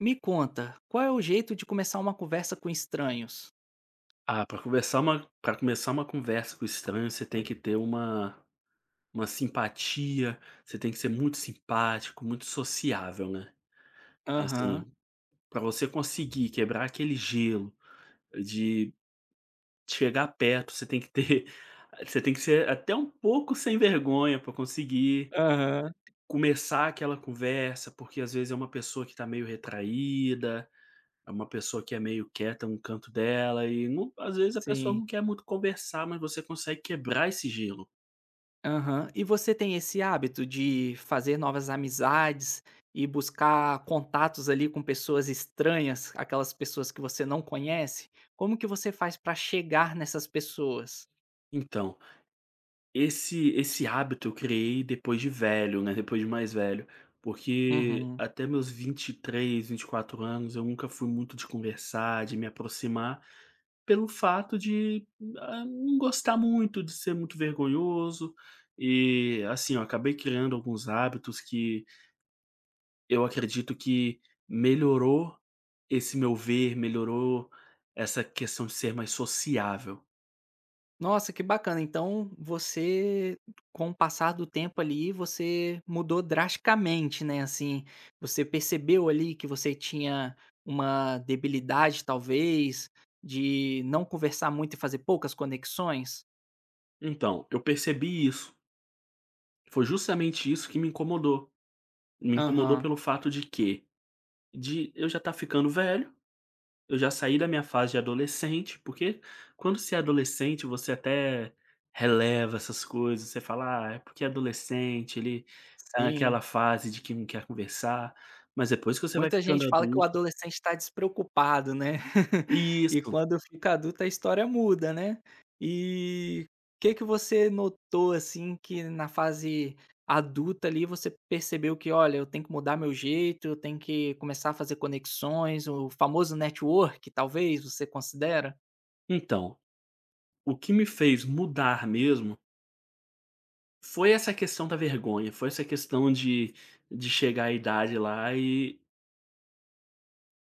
Me conta, qual é o jeito de começar uma conversa com estranhos? Ah, para começar uma conversa com estranho, você tem que ter uma simpatia, você tem que ser muito simpático, muito sociável, né. Aham, Assim, para você conseguir quebrar aquele gelo de chegar perto, você tem que ter você tem que ser até um pouco sem vergonha para conseguir aham, começar aquela conversa, porque às vezes é uma pessoa que tá meio retraída. É uma pessoa que é meio quieta num canto dela e não, às vezes a pessoa sim, não quer muito conversar, mas você consegue quebrar esse gelo. aham. E você tem esse hábito de fazer novas amizades e buscar contatos ali com pessoas estranhas, aquelas pessoas que você não conhece? Como que você faz para chegar nessas pessoas? Então, esse hábito eu criei depois de velho, né, depois de mais velho, porque Uhum. até meus vinte, 23, 24 anos eu nunca fui muito de conversar, de me aproximar, pelo fato de, ah, não gostar muito, de ser muito vergonhoso, e assim, eu acabei criando alguns hábitos que eu acredito que melhorou esse meu ver, melhorou essa questão de ser mais sociável. Nossa, que bacana. Então você, com o passar do tempo ali, você mudou drasticamente, né, assim, você percebeu ali que você tinha uma debilidade talvez, de não conversar muito e fazer poucas conexões? Então, eu percebi isso. Foi justamente isso que me incomodou. Me incomodou Aham, pelo fato de que, de eu já estar ficando velho, eu já saí da minha fase de adolescente, porque quando você é adolescente, você até releva essas coisas, você fala: "Ah, é porque é adolescente, ele tá sim. naquela fase de que não quer conversar", mas depois que você vai Muita ficando gente fala que o adulto. adolescente está despreocupado, né. E Isso. quando fica adulto a história muda, né. E o que que você notou, assim, que na fase adulta ali você percebeu que: "Olha, eu tenho que mudar meu jeito, eu tenho que começar a fazer conexões", o famoso network, talvez, você considera? Então, o que me fez mudar mesmo foi essa questão da vergonha, foi essa questão de chegar à idade lá e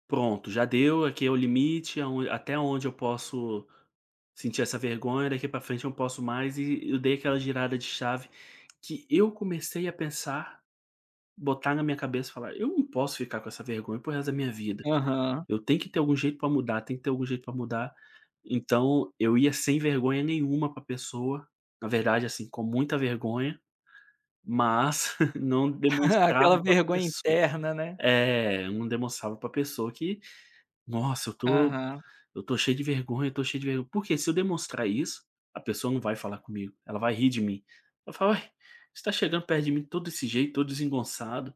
pronto, já deu, aqui é o limite, aon até onde eu posso sentir essa vergonha, daqui pra frente eu não posso mais e eu dei aquela girada de chave, que eu comecei a pensar, botar na minha cabeça e falar: "Eu não posso ficar com essa vergonha para resto da minha vida, Aham. eu tenho que ter algum jeito pra mudar, tem que ter algum jeito pra mudar". Então eu ia sem vergonha nenhuma pra pessoa, na verdade, assim, com muita vergonha. Mas não demonstrava Aquela pra vergonha pessoa, interna, né. é, não demonstrava pra pessoa que: "Nossa, eu tô Aham. eu tô cheio de vergonha, eu tô cheio de vergonha". Porque se eu demonstrar isso, a pessoa não vai falar comigo, ela vai rir de mim. Ela fala: "Ué, você tá chegando perto de mim todo desse jeito, todo desengonçado".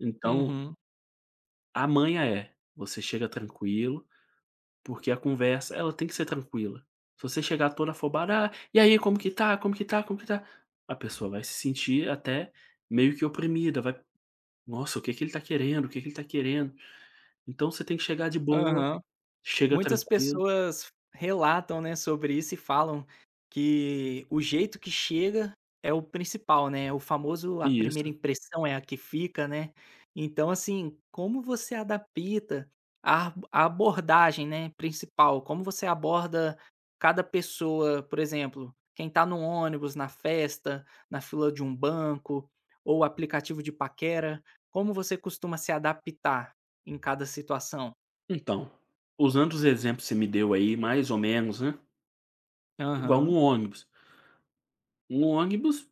Então, Uhum. a manha é: você chega tranquilo, porque a conversa, ela tem que ser tranquila. Se você chegar toda afobado: "Ah, e aí, como que tá? Como que tá? Como que tá?". A pessoa vai se sentir até meio que oprimida, vai: "Nossa, o que que ele tá querendo? O que que ele tá querendo?". Então você tem que chegar de boa, Aham. chega Muitas tranquilo. pessoas relatam, né, sobre isso e falam que o jeito que chega é o principal, né, o famoso a primeira Isso. impressão é a que fica, né. Então, assim, como você adapta a abordagem, né, principal, como você aborda cada pessoa, por exemplo, quem tá no ônibus, na festa, na fila de um banco ou aplicativo de paquera, como você costuma se adaptar em cada situação? Então, usando os exemplos que você me deu aí, mais ou menos, né, igual Aham. um ônibus. Um ônibus,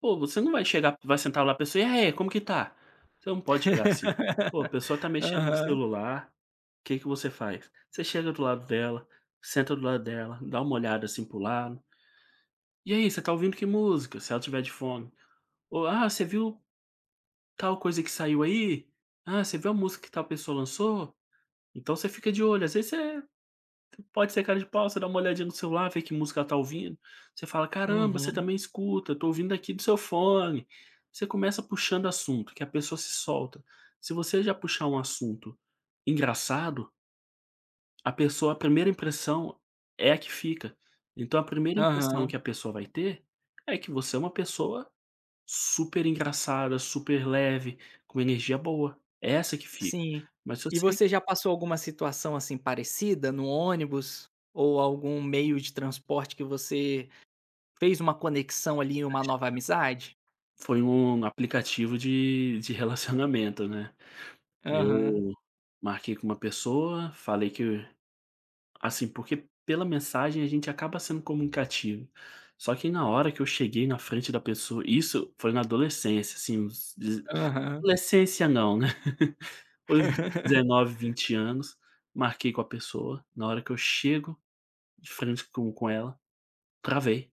pô, você não vai chegar, vai sentar lá a pessoa: "E aí, como que tá?". Você não pode chegar assim. Pô, a pessoa tá mexendo no Aham, celular, o que que você faz? Você chega do lado dela, senta do lado dela, dá uma olhada, assim, para o lado: "E aí, você tá ouvindo que música?", se ela tiver de fone. Ou: "Ah, você viu tal coisa que saiu aí, ah, você viu a música que tal pessoa lançou?". Então você fica de olho, às vezes você pode ser cara de pau, você dá uma olhadinha no celular, vê que música ela tá ouvindo, você fala: "Caramba, você uhum, também escuta, tô ouvindo aqui do seu fone". Você começa puxando assunto, que a pessoa se solta. Se você já puxar um assunto engraçado, a pessoa, a primeira impressão é a que fica. Então a primeira impressão aham, que a pessoa vai ter é que você é uma pessoa super engraçada, super leve, com energia boa, é essa que fica. sim. Mas se E você você já passou alguma situação, assim, parecida no ônibus ou algum meio de transporte que você fez uma conexão ali uma nova amizade? foi um aplicativo de relacionamento, né. Aham, Eu marquei com uma pessoa, falei que assim, porque pela mensagem a gente acaba sendo comunicativo, só que na hora que eu cheguei na frente da pessoa, isso foi na adolescência, assim, uns deze aham. adolescência não, né. Os 19, 20 anos, marquei com a pessoa, na hora que eu chego de frente com ela, travei.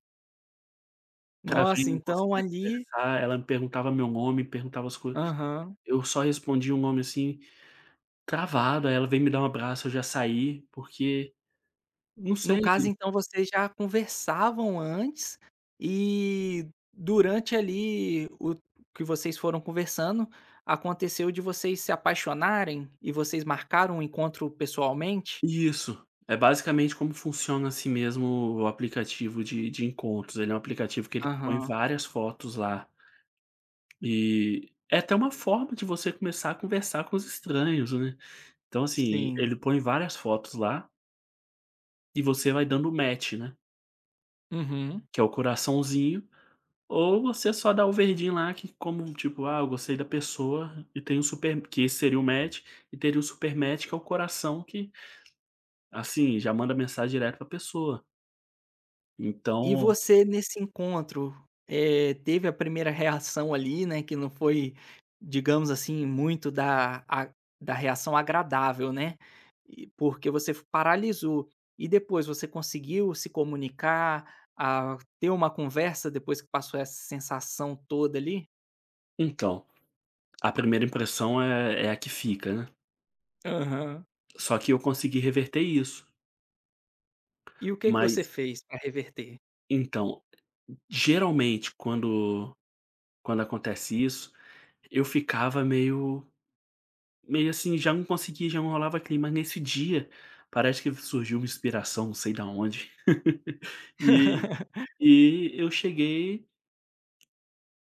Travei, Nossa, não então conseguia ali conversar, ela me perguntava meu nome, perguntava as coisas, aham. eu só respondia o nome, assim, travado, aí ela veio me dar um abraço, eu já saí, porque não No sei. caso, então, vocês já conversavam antes e durante ali o que vocês foram conversando, aconteceu de vocês se apaixonarem e vocês marcaram um encontro pessoalmente? Isso. É basicamente como funciona assim mesmo o aplicativo de encontros, ele é um aplicativo que ele põe Aham, várias fotos lá, e é até uma forma de você começar a conversar com os estranhos, né. Então, assim, sim. ele põe várias fotos lá, e você vai dando match, né, Uhum. que é o coraçãozinho. Ou você só dá o verdinho lá que como, tipo: "Ah, eu gostei da pessoa", e tem um super que esse seria o match, e teria o super match que é o coração que, assim, já manda mensagem direto pra pessoa. E Então você nesse encontro, teve a primeira reação ali, né, que não foi, digamos assim, muito da a da reação agradável, né, e porque você f paralisou. E depois você conseguiu se comunicar, a ter uma conversa depois que passou essa sensação toda ali? então, a primeira impressão é a que fica, né. Aham. Só que eu consegui reverter isso. E o que que você Mas fez para reverter? então, geralmente quando acontece isso, eu ficava meio, meio assim, já não conseguia, já não rolava clima. Nesse dia, parece que surgiu uma inspiração, não sei da onde. E e eu cheguei,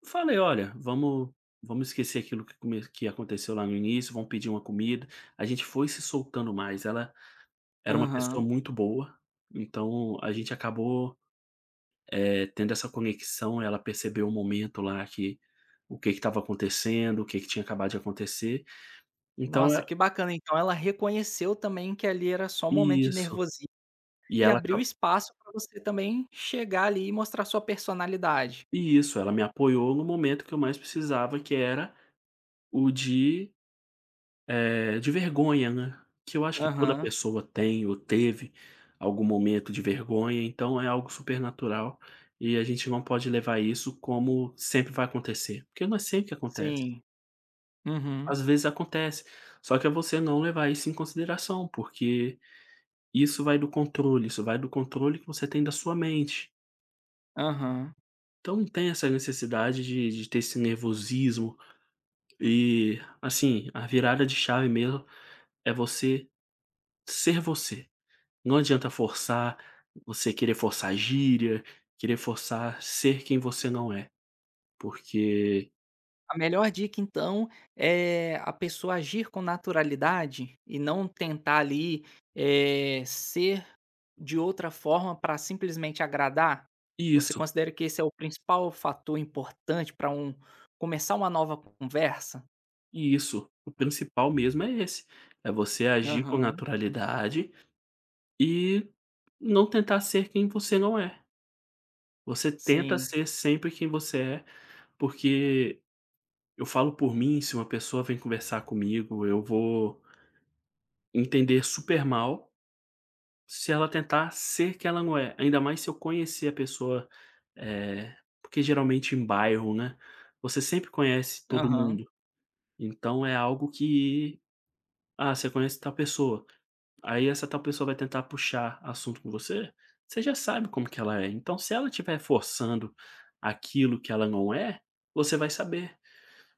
falei: "Olha, vamos esquecer aquilo que come que aconteceu lá no início, vamos pedir uma comida". A gente foi se soltando mais. Ela era uma pessoa Aham. muito boa, então a gente acabou, tendo essa conexão. Ela percebeu o momento lá, que o que estava acontecendo, o que que tinha acabado de acontecer. Então Nossa, é que bacana, então ela reconheceu também que ali era só um momento de isso. nervosismo. E E ela, abriu espaço para você também chegar ali e mostrar sua personalidade. e isso, ela me apoiou no momento que eu mais precisava, que era o de, de vergonha, né, que eu acho que toda Aham. pessoa tem ou teve algum momento de vergonha, então é algo super natural e a gente não pode levar isso como sempre vai acontecer, porque não é sempre que acontece. Sim. Uhum. Às vezes acontece, só que é você não levar isso em consideração, porque isso vai do controle, isso vai do controle que você tem da sua mente. Aham. Então não tem essa necessidade de ter esse nervosismo. E, assim, a virada de chave mesmo é você ser você. Não adianta forçar, você querer forçar gíria, querer forçar ser quem você não é, porque A melhor dica então é a pessoa agir com naturalidade e não tentar ali, ser de outra forma para simplesmente agradar? Você isso, considera que esse é o principal fator importante para um começar uma nova conversa? isso, o principal mesmo é esse, é você agir com Aham. naturalidade e não tentar ser quem você não é. Você tenta Sim. ser sempre quem você é, porque eu falo por mim, se uma pessoa vem conversar comigo, eu vou entender super mal se ela tentar ser que ela não é, ainda mais se eu conhecer a pessoa, eh, porque geralmente em bairro, né, você sempre conhece todo Aham. mundo, então é algo que, ah, você conhece tal pessoa, aí essa tal pessoa vai tentar puxar assunto com você, você já sabe como que ela é, então se ela estiver forçando aquilo que ela não é, você vai saber,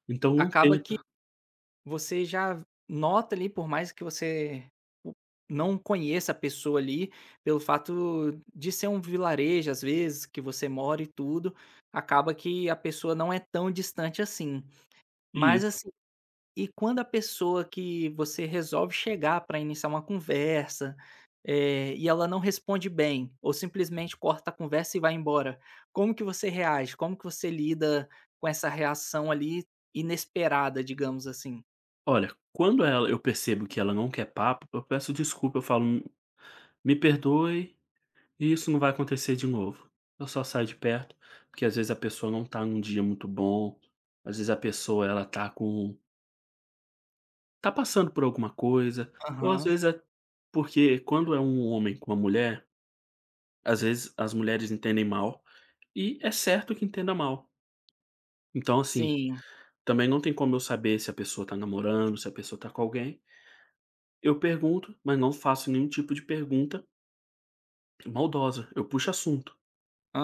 então não Acaba que tenta. você já nota ali, por mais que você o não conheça a pessoa ali, pelo fato de ser um vilarejo, às vezes, que você mora e tudo, acaba que a pessoa não é tão distante assim. Mas, Isso. assim, e quando a pessoa que você resolve chegar para iniciar uma conversa, e ela não responde bem, ou simplesmente corta a conversa e vai embora, como que você reage? Como que você lida com essa reação ali inesperada, digamos assim? Olha, quando ela, eu percebo que ela não quer papo, eu peço desculpa, eu falo: "Me perdoe, e isso não vai acontecer de novo". Eu só saio de perto, porque às vezes a pessoa não tá num dia muito bom, às vezes a pessoa, ela tá com, tá passando por alguma coisa, ou às Aham. vezes é porque quando é um homem com uma mulher, às vezes as mulheres entendem mal, e é certo que entenda mal. Então, assim, Sim, também não tem como eu saber se a pessoa tá namorando, se a pessoa tá com alguém. Eu pergunto, mas não faço nenhum tipo de pergunta maldosa. Eu puxo assunto.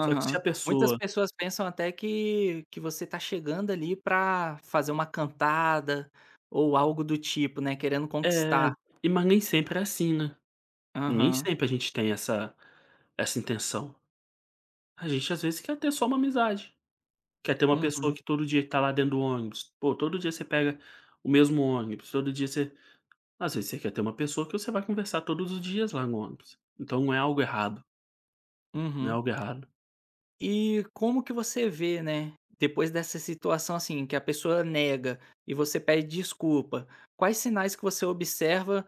Só que se a Muitas pessoa pessoas pensam até que você tá chegando ali pra fazer uma cantada ou algo do tipo, né, querendo é, conquistar. e mas nem sempre é assim, né? E nem Aham. sempre a gente tem essa intenção. A gente às vezes quer ter só uma amizade, quer ter uma Uhum, pessoa que todo dia tá lá dentro do ônibus. Pô, todo dia você pega o mesmo ônibus, todo dia você, às vezes você quer ter uma pessoa que você vai conversar todos os dias lá no ônibus. Então não é algo errado, não é uhum. algo errado. E como que você vê, né, depois dessa situação, assim, que a pessoa nega e você pede desculpa, quais sinais que você observa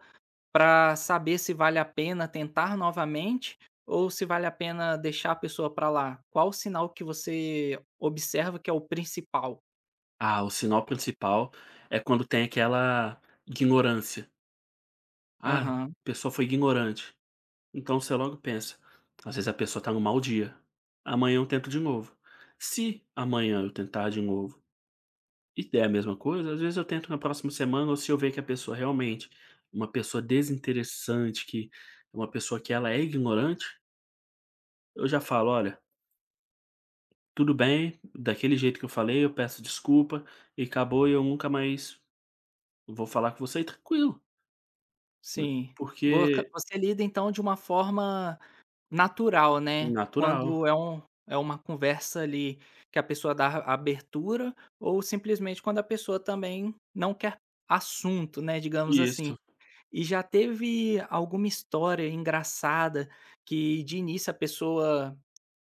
pra saber se vale a pena tentar novamente ou se vale a pena deixar a pessoa pra lá? Qual o sinal que você observa que é o principal? Ah, o sinal principal é quando tem aquela ignorância. Ah, a Aham, pessoa foi ignorante. Então você logo pensa, às vezes a pessoa tá num mau dia. Amanhã eu tento de novo. Se amanhã eu tentar de novo e der a mesma coisa, às vezes eu tento na próxima semana, ou se eu ver que a pessoa realmente é uma pessoa desinteressante, que é uma pessoa que ela é ignorante, eu já falo: "Olha, tudo bem, daquele jeito que eu falei, eu peço desculpa e acabou e eu nunca mais vou falar com você", e tranquilo, né, sim. Voca porque Você lida então de uma forma natural, né, natural. quando é é uma conversa ali que a pessoa dá abertura ou simplesmente quando a pessoa também não quer assunto, né, digamos assim. Isso. E já teve alguma história engraçada que de início a pessoa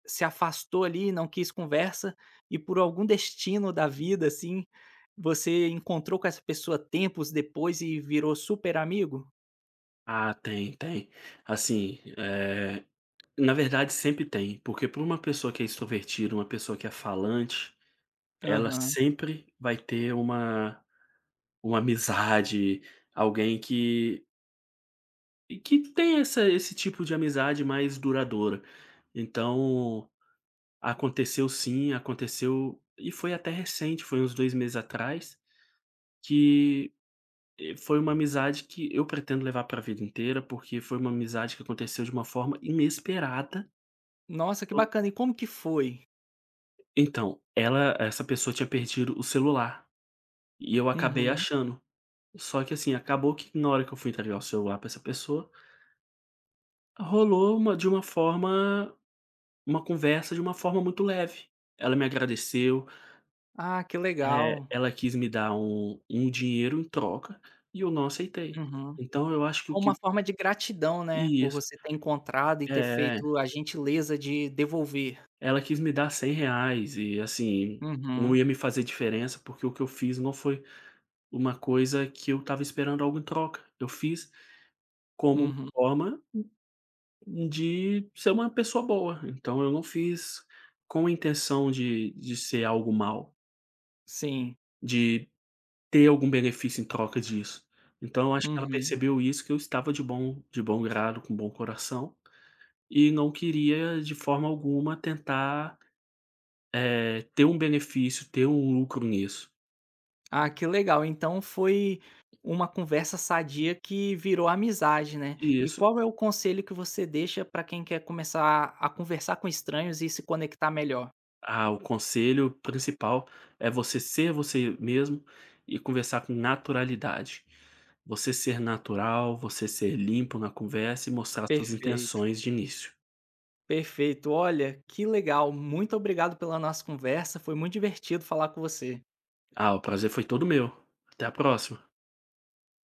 se afastou ali, não quis conversa e por algum destino da vida, assim, você encontrou com essa pessoa tempos depois e virou super amigo? Ah, tem, tem. Assim, na verdade sempre tem, porque para uma pessoa que é extrovertida, uma pessoa que é falante, ela Aham. sempre vai ter uma amizade, alguém que tem essa esse tipo de amizade mais duradoura. Então, aconteceu sim, aconteceu e foi até recente, foi uns 2 meses atrás, que, foi uma amizade que eu pretendo levar para a vida inteira, porque foi uma amizade que aconteceu de uma forma inesperada. Nossa, que To bacana. E como que foi? então, ela, essa pessoa tinha perdido o celular, e eu acabei Uhum. achando. Só que assim, acabou que na hora que eu fui entregar o celular para essa pessoa, rolou uma de uma forma, uma conversa de uma forma muito leve. Ela me agradeceu, Ah, que legal. ela quis me dar um dinheiro em troca e eu não aceitei. Uhum. Então eu acho que o que, Uma forma de gratidão, né, por isso. você ter encontrado e ter É, feito a gentileza de devolver. ela quis me dar R$ 100 e, assim, não Uhum, ia me fazer diferença, porque o que eu fiz não foi uma coisa que eu estava esperando algo em troca. Eu fiz como uma uhum. forma de ser uma pessoa boa, então eu não fiz com a intenção de ser algo mal. Sim. De ter algum benefício em troca disso. Então eu acho que ela Uhum. percebeu isso, que eu estava de bom grado, com bom coração, e não queria de forma alguma tentar, ter um benefício, ter um lucro nisso. Ah, que legal. Então foi uma conversa sadia que virou amizade, né. E E isso. qual é o conselho que você deixa para quem quer começar a conversar com estranhos e se conectar melhor? Ah, o conselho principal é você ser você mesmo e conversar com naturalidade. Você ser natural, você ser limpo na conversa e mostrar suas Perfeito. intenções de início. Perfeito. Olha, que legal. Muito obrigado pela nossa conversa. Foi muito divertido falar com você. Ah, o prazer foi todo meu. Até a próxima.